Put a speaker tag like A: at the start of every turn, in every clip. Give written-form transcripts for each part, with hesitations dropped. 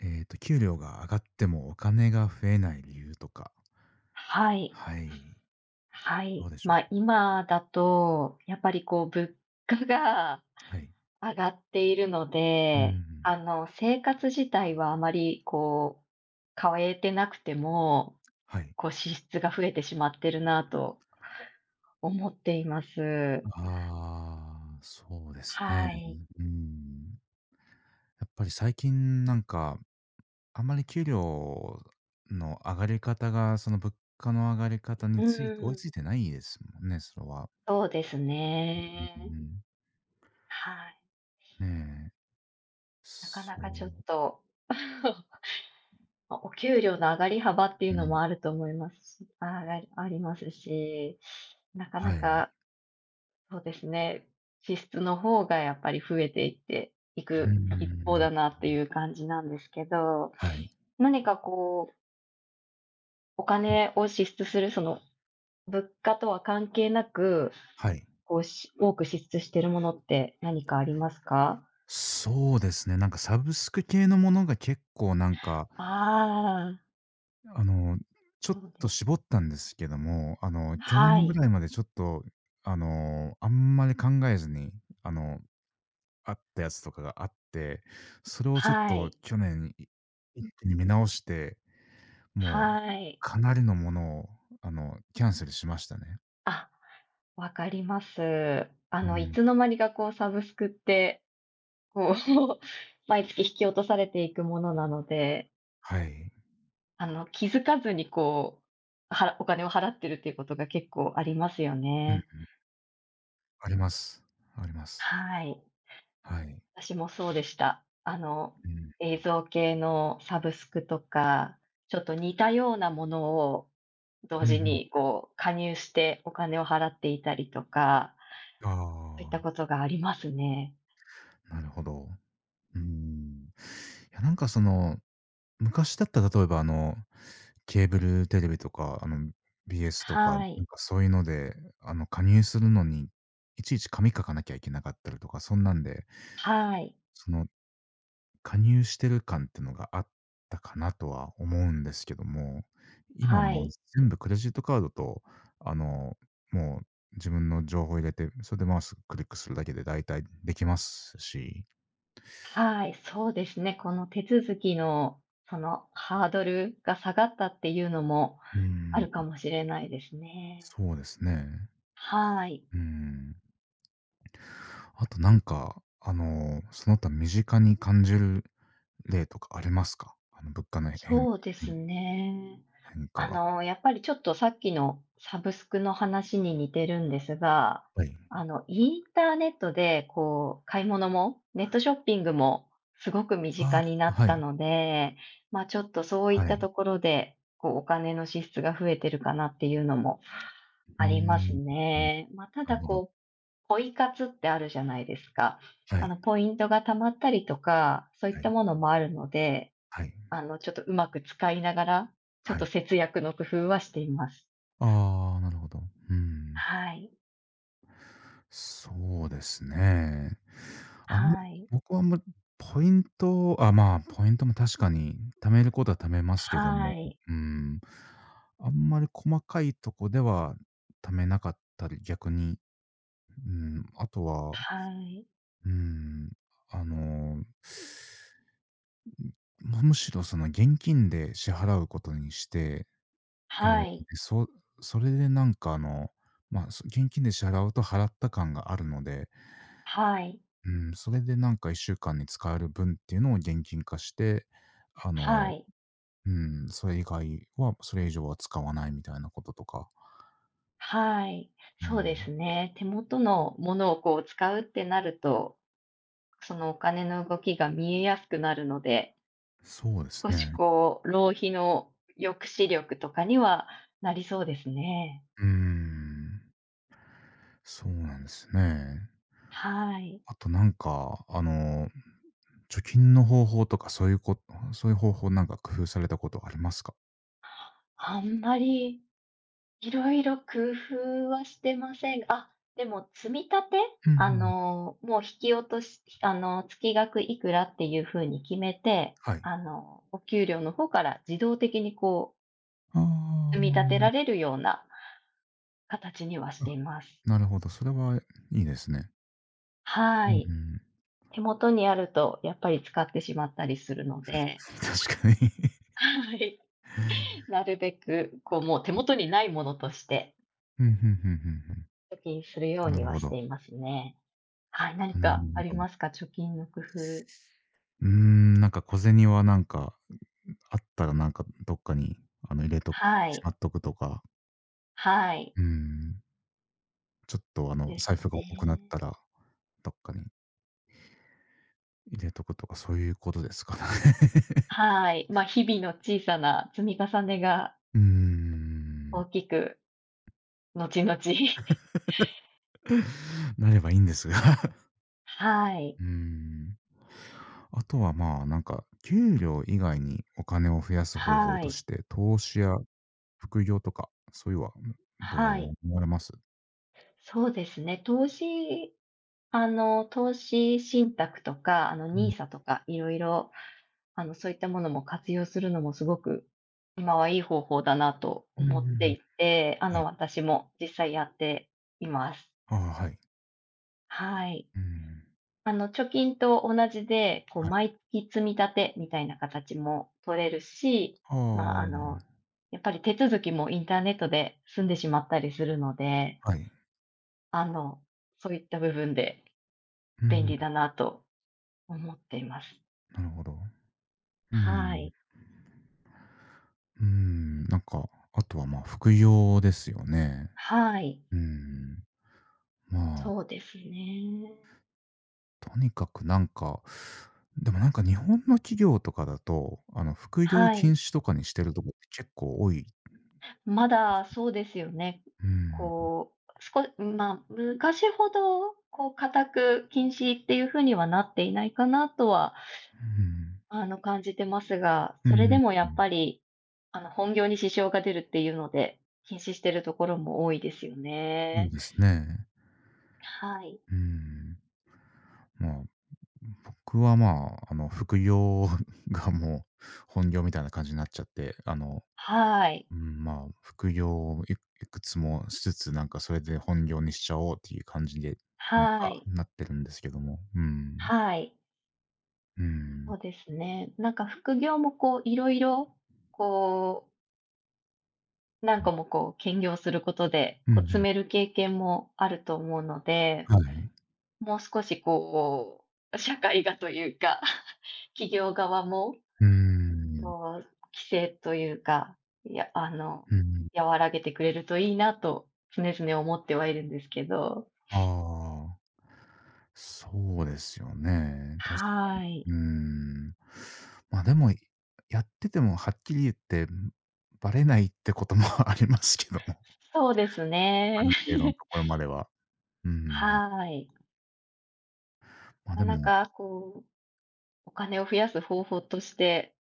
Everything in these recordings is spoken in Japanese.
A: 給料が上がってもお金が増えない理由とか、
B: はい、
A: はい、
B: は
A: どう
B: い。
A: でしょう？
B: ま、今だと、やっぱりこう物価が
A: はい。
B: 上がっているの
A: うんう
B: で、
A: ん。
B: 生活自体はあまりこう、変えてなくても、
A: はい。
B: こう支出が増えてしまってるなと思っています。
A: ああ、そうですね。
B: はい。
A: うん。やっぱり最近なんか、あんまり給料の上がり方が、その物価の上がり方に
B: う
A: ついて追いつ
B: ん、
A: いてないですもんね、それは。
B: そうです
A: うん
B: ね。
A: うん。
B: はい。
A: ねえ。
B: なかな
A: そ
B: かちょっ
A: う。
B: と。ま、お給料の上がり幅ってい
A: う
B: うの
A: ん。
B: もあると思いますしあがりありますし、なか
A: は
B: な
A: い。
B: か、そうですね、支出の方がやっぱり増えていってい
A: うんうん
B: く
A: うんう
B: 一方
A: ん。
B: だなっていう感じなんですけど、
A: はい。
B: 何かこう、お
A: うん、
B: 金を支出する、その、物価とは関係なく、
A: はい。
B: こう、し多く支出してるものって何かありますか？
A: そうですね、なんかサブスク系のものが結構なんか、
B: あ
A: あの、ちょ
B: あー、
A: っ
B: そうで
A: と
B: す。
A: 絞ったんですけども、去
B: は
A: 年ぐ
B: い、
A: らいまでちょっと、あんまり考えずに、あの、あったやつとかがあって、それをちょっ
B: は
A: と
B: い、
A: 去年一気に見直して、もう
B: はい。
A: かなりのものを、キャンセルしましたね。
B: あわかります。
A: う
B: い
A: ん、
B: つの間にかこうサブスクって、こう 毎月引き落とされていくものなので、
A: はい。
B: 気づかずにこう、はらお金を払ってるっていうことが結構ありますよ
A: うん、
B: ね。
A: あります。あります。
B: はい。
A: はい。
B: 私もそうでした。
A: うん。
B: 映像系のサブスクとか、ちょっと似たようなものを
A: う
B: 同
A: んう
B: 時
A: ん。
B: にこう加入してお金を払っていたりとか、
A: あ
B: そういったことがありますね。
A: あ、なるほど。うーん。いや、なんかその、昔だったら例えばケーブルテレビとか、BS とか、
B: は
A: なん
B: い。
A: かそういうので、加入するのに、いちいち紙書かなきゃいけなかったりとか、そんなんで、
B: はい。
A: その、加入してる感ってのがあったかなとは思うんですけども、今
B: は
A: もう
B: い、
A: 全部クレジットカードと、あの、もう自分の情報入れて、それでマウスクリックするだけで大体できますし。
B: はい、そうですね。この手続きの、そのハードルが下がったっていうのも
A: うー
B: あ
A: ん、
B: るかもしれないですね。
A: そうですね。
B: はい、
A: うん。あとなんか、その他身近に感じる例とかありますか？物価の変
B: そうですね。
A: 変化が。
B: やっぱりちょっとさっきのサブスクの話に似てるんですが、
A: はい。
B: インターネットでこう、買い物も、ネットショッピングもすごく身
A: あ
B: 近にな
A: あ、
B: っ
A: は
B: た
A: い、
B: ので、まあ、ちょっとそういっ
A: は
B: た
A: い。
B: ところで、こう、お金の支出が増えてるかなっていうのも
A: うー
B: あります
A: ん、うん、
B: ね。まあ、た
A: なる
B: だ
A: ほど。
B: こう、ポイ活ってあるじゃないですか。
A: はい、
B: ポイントが貯まったりとか、そういっ
A: は
B: た
A: い、
B: ものもあるので、
A: はい、
B: ちょっとうまく使いながら、ちょっ
A: は
B: と
A: い。
B: 節約の工夫はしています。
A: ああ、なるほど。うん。
B: はい、
A: そうですね。あんま
B: はい、
A: 僕はあんまポイントあ、まあ、ポイントも確かに貯めることは貯めますけど
B: は
A: も、
B: い、
A: うん、あんまり細かいとこでは貯めなかったり、逆に、うん、あとは、
B: はい、
A: うん、あの、ま、むしろその現金で支払うことにして、ええ、
B: はい、
A: そそれでなんかまあ、現金で支払うと払った感があるので、
B: はい、
A: うん、それでなんか1週間に使える分っていうのを現金化して、あ
B: は
A: の、
B: い、
A: うん、それ以外は、それ以上は使わないみたいなこととか。
B: はい。
A: う
B: そうです
A: ん、
B: ね。手元のものをこう使うってなると、そのお金の動きが見えやすくなるので
A: そうです
B: 少し
A: ね。
B: こう、浪費の抑止力とかにはなりそうですね。
A: うーん、そうなんですね。
B: はい。
A: あとなんか、貯金の方法とかそういうこそういう方法なんか工夫されたことありますか？
B: あんまりいろいろ工夫はしてませんがあ、でも積み立て、
A: うんうん。
B: もう引き落とし月額いくらっていう風に決めて、
A: はい。
B: お給料の方から自動的にこ
A: ああ、
B: う、積み立てられるような形にはし
A: あ、
B: ています。
A: なるほど、それはいいですね。う
B: は
A: んう
B: い。
A: ん、
B: 手元にあるとやっぱり使ってしまったりするので。
A: 確かに。
B: はい。なるべく、こう、もう手元にないものとして、
A: ふんふんふんふんふん。
B: 貯金するよう
A: な
B: に
A: る
B: は
A: ほ
B: し
A: ど。
B: ていますね。はい、何
A: なる
B: かあり
A: ほ
B: ます
A: ど。
B: か？貯金の工夫。
A: うーん、なんか小銭はなんか、あったらなんかどっかにあの入れと
B: は
A: し
B: い、
A: まっとくとか、
B: はい、
A: うーん、ちょっと
B: です
A: 財布が重くなっ
B: ね。
A: たら、どっかに入れとくとか、そういうことですかね。
B: はい、まあ、日々の小さな積み重ねが
A: うーん。
B: 大きく、後々
A: なればいいんですが。
B: は い、
A: うーん。あとはまあ、なんか給料以外にお金を増やす方法
B: は
A: と
B: い、
A: して、投資や副業とか、そういうは、どう
B: はい。
A: 思われます？
B: そうですね、投資投資信託とか、
A: う
B: n
A: ん。
B: i とか、いろいろ、そういったものも活用するのもすごく、今はいい方法だなと
A: うんうん
B: 思って
A: うん。
B: いて、
A: はい。
B: 私も実際やっています。
A: ああ、はい。
B: はい。
A: うん、
B: 貯金と同じで、こう、
A: はい。
B: 毎月積み立てみたいな形も取れるし、
A: あ
B: まあ、
A: あ、
B: やっぱり手続きもインターネットで済んでしまったりするので、
A: はい。
B: あの、そういった部分で
A: う
B: 便
A: ん、
B: 利だなと思っています。
A: なるほど。う
B: は
A: ん、
B: い。
A: うん、なんか、あとは、まあ、服用ですよね。
B: はい。
A: うん。まあ、
B: そうですね。
A: とにかくなんか、でもなんか日本の企業とかだと、服用
B: は
A: 禁
B: い。
A: 止とかにしてるとこって結構多いで
B: ま
A: す
B: だ
A: ね。
B: そうですよね。
A: うん、う
B: こう、少しまあ、昔ほど、こう固く禁止っていう風にはなっていないかなとは、
A: ん、
B: 感じてますが、
A: う
B: それ
A: ん、
B: でもやっぱり、本業に支障が出るっていうので、禁止してるところも多いですよ
A: そう
B: ね。
A: ですね。
B: はい。
A: うん。まあ、僕は、まあ、副業がもう本業みたいな感じになっちゃって、
B: はい。
A: うん、まあ、副業をいくつもしつつ、なんかそれで本業にしちゃおうっていう感じで、なん
B: は
A: か
B: い。
A: なってるんですけども。うん。
B: はい。
A: うん。
B: そうですね。なんか副業もこういろいろこう
A: う
B: 何
A: ん
B: 個もこう兼業することで、
A: うんう
B: こう積
A: ん。
B: める経験もあると思うので、
A: はい。
B: もう少しこう、社会がというか、企業側も、
A: うーん。
B: こう、規制というか、いや、
A: うん。
B: 和らげてくれるといいなと常々思ってはいるんですけど。
A: ああ。そうですよね。確かに。
B: は
A: う
B: い。
A: ーん。ま、でも、やっててもはっきり言って、バレないってことも ありますけども、
B: そうです
A: あ
B: ね。
A: る程度の ところまでは。うん。
B: はい。
A: ま、
B: なか
A: で
B: な
A: も、
B: かこう、お金を増やす方法として、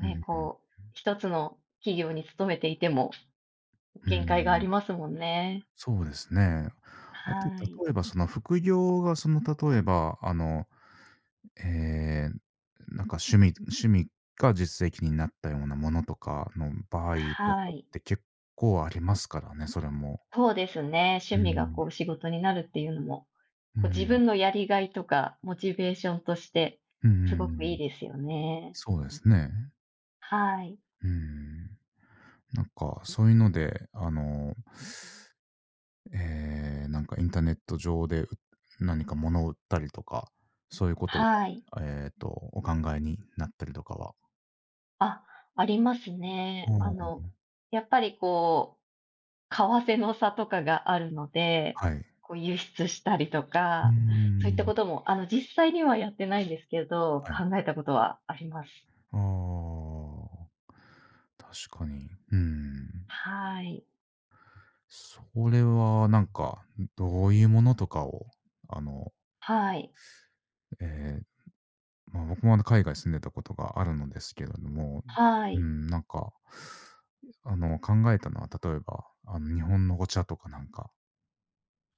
A: うんう
B: こう、一つの企業に勤めていても、限界があ
A: ん。
B: りますもんね。
A: そうですね。あと、
B: はい。
A: 例えばその副業がその例えば、あの、ええ、なんか趣味が実績になったようなものとかの場合と
B: は
A: かっ
B: い。
A: て結構ありますからね、それも。
B: そうですね。趣
A: う
B: 味が
A: ん。
B: こう仕事になるっていうのも、
A: う
B: こう自
A: ん。
B: 分のやりがいとかモチベーションとして、
A: うんうん
B: すごくい
A: うん。
B: いですよね。
A: そうですね。
B: はい。
A: うん。なんかそういうので、なんかインターネット上で、何か物を売ったりとか、そういうことを
B: はい。
A: お考えになったりとかは？
B: あ、あります
A: あ
B: ね。
A: あ、
B: やっぱりこう、為替の差とかがあるので、
A: はい。
B: こう輸出したりと
A: うー
B: か、そういった
A: ん。
B: ことも、実際にはやってないんですけど、
A: はい。
B: 考えたことはあります。
A: ああ、確かに。うん。
B: はい。
A: それはなんか、どういうものとかを、あの、
B: はい。
A: ええ、ま、僕も海外住んでたことがあるのですけれども、
B: は
A: う
B: い、
A: ん、なんか、考えたのは、例えば、日本のお茶とかなんか、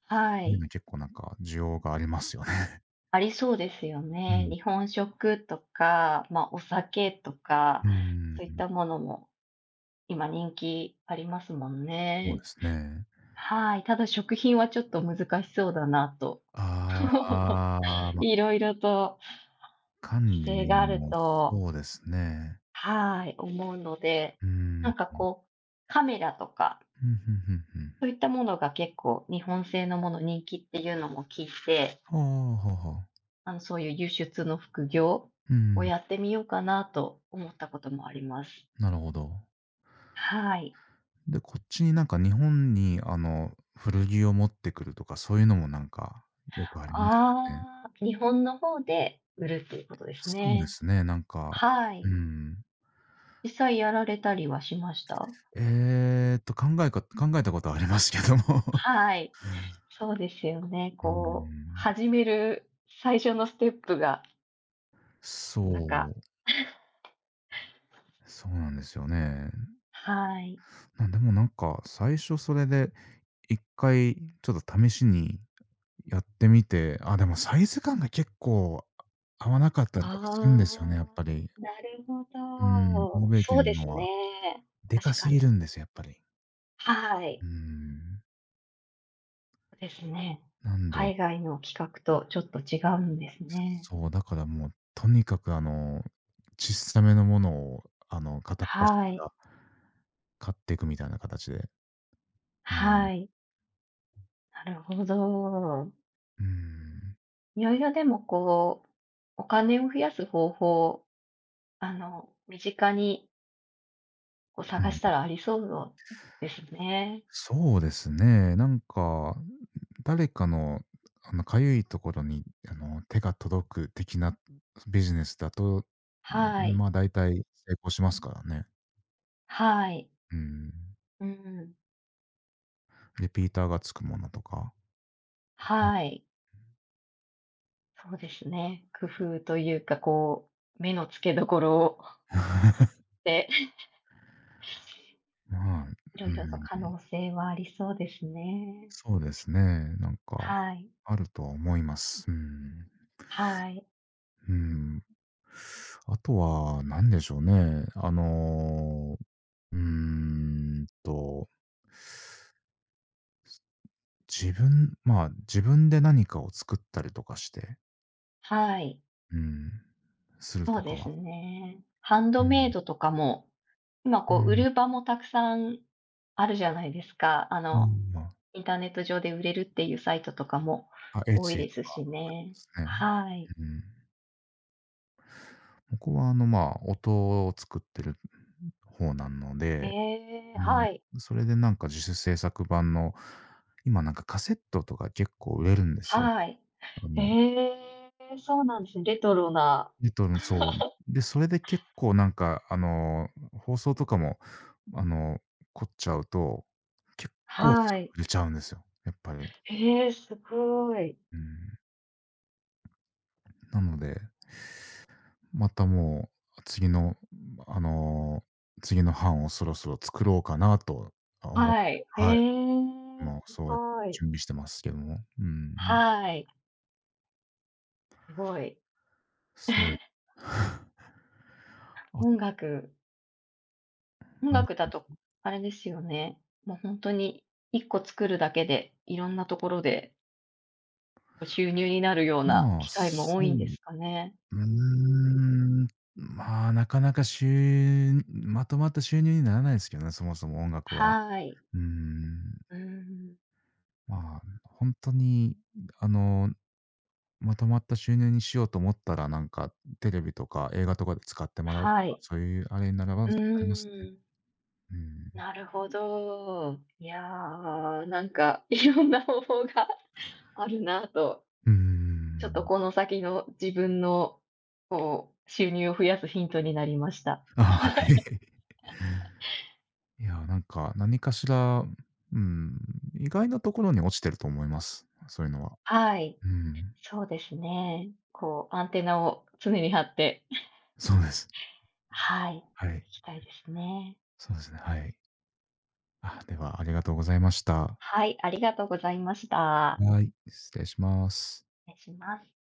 B: は
A: そういう
B: い。
A: の結構なんか需要がありますよね。
B: ありそうですよ
A: う
B: ね。
A: ん。
B: 日本食とか、まあ、お酒とか、
A: うー
B: そういっ
A: ん、
B: たものも今人気ありますもん
A: そう
B: ね。
A: ですね。
B: はい、ただ食品はちょっと難しそうだなと、
A: あ あ、ま、
B: 色々と
A: 管
B: 規制
A: 理
B: がある
A: も
B: と、
A: そうですね。
B: はい、思うので、
A: う
B: な
A: ん。
B: んかこう、カメラとか、
A: ふんふんふんふん。
B: そういったものが結構日本製のもの人気っていうのも聞いて
A: はあ、はあはあ。
B: そういう輸出の副業
A: う
B: を
A: ん、
B: やってみようかなと思ったこともあります。
A: なるほど。
B: はい。
A: で、こっちになんか日本に古着を持ってくるとか、そういうのもなんか、よくありますね。
B: ああ、日本の方で売るっていうことです
A: そうで
B: ね。
A: すね、なんか、
B: は
A: う
B: い。
A: ん。
B: 実際やられたりはしました？
A: 考えたことはありますけども。
B: はい。そうですよね。
A: うー
B: こう、
A: ん。
B: 始める最初のステップが
A: そ
B: なかなか
A: う、そうなんですよね。
B: はい。
A: でもなんか、最初それで一回ちょっと試しにやってみて、あ、でもサイズ感が結構合わなかったりとかするんですよね、やっ
B: ああ、
A: ぱり。
B: なるほ
A: うん、欧
B: ど。
A: 米
B: そう
A: 圏
B: で
A: の
B: す
A: は
B: ね。
A: でか
B: 確
A: す
B: か
A: ぎ
B: に。
A: るんですよ、やっぱり。
B: は
A: う
B: い。
A: ーん。
B: ですね。
A: なんで、
B: 海外の企画とちょっと違うんですね。
A: そう、だからもうとにかく小さめのものを片っ端か
B: はい。
A: ら買っていくみたいな形で。うん。
B: はい。なるほど。
A: うーん。
B: いろいろでもこう、お金を増やす方法、身近にこう
A: う
B: 探した
A: ん。
B: らありそうですね。
A: そうですね。なんか、誰かの、かゆいところに、手が届く的なビジネスだと、
B: は
A: ま
B: い。
A: あ、大体成功しますからね。
B: はい。
A: うん。
B: うん。
A: リピーターがつくものとか。
B: はい。そうですね。工夫というか、こう、目の付けどころを で、
A: まあ、う
B: いろいろと
A: ん、
B: 可能性はありそうですね。
A: そうですね。なんか、
B: はい。
A: あるとは思います。うん。
B: はい。
A: うん。あとは、何でしょうね。うーんとまあ、自分で何かを作ったりとかして、
B: はい、
A: うん、する
B: そ
A: と
B: う
A: か
B: です
A: は、
B: ね。ハン
A: う
B: ドメイ
A: ん、
B: ドとかも、今
A: う
B: こう売
A: ん、
B: る場もたくさんあるじゃないですか。
A: もう今、
B: インターネット上で売れるっていうサイトとかも
A: あ、エッ
B: 多い
A: チ
B: で
A: と
B: す
A: か
B: し
A: で
B: ね。
A: すね。
B: はい。
A: うん。僕はまあ、音を作ってる方なので、
B: ええ、
A: うん、
B: はい。
A: それでなんか自主制作版の、今なんかカセットとか結構売れるんですよ。
B: はい。
A: あの
B: ええ、そうなんですね。レトロな。
A: そう。で、それで結構なんか、放送とかも、あの、凝っちゃうと、結構す
B: は
A: ぐ
B: い。
A: 売れちゃうんですよ、やっぱり。
B: ええ、すごい。
A: うん。なので、またもう、あの、次の版をそろそろ作ろうかなと、思って、
B: はい。
A: は
B: え
A: い。
B: え、
A: もう
B: す
A: そうやって
B: ごい。
A: 準備してますけども。うん、
B: はい、すごい。
A: そう。あ、
B: 音楽音
A: なんか
B: 楽だと、あれですよね、もう本当に1個作るだけで、いろんなところでこう収入になるような
A: まあ、
B: 機会
A: そ
B: も多いんで
A: う、
B: すかね？
A: うーん、まあ、なかなかしゅうまとまった収入にならないですけどね、そもそも音楽は。
B: はい。
A: うーん、
B: うーん。
A: まあ、ほんとに、あの、まとまった収入にしようと思ったら、なんか、テレビとか映画とかで使ってもらうと
B: は
A: か、
B: い。
A: そういうあれにならばな
B: う
A: りますね。
B: ーん、
A: うーん。
B: なるほど。いやー、なんかいろんな方法が あるなと、
A: うー
B: ちょっと
A: ん。
B: この先の自分の、こう、収入を増やすヒントになりました。
A: あ、はい。いや、なんか、何かしら、ーん、意外なところに落ちてると思います、そういうのは。
B: はい、
A: うん。
B: そうですね。こう、アンテナを常に張って
A: そうです。
B: はい、
A: はい。
B: 行きたいですね。
A: そうですね、はい。あ、では、ありがとうございました。
B: はい、ありがとうございました。
A: はい。失礼します。
B: 失礼します。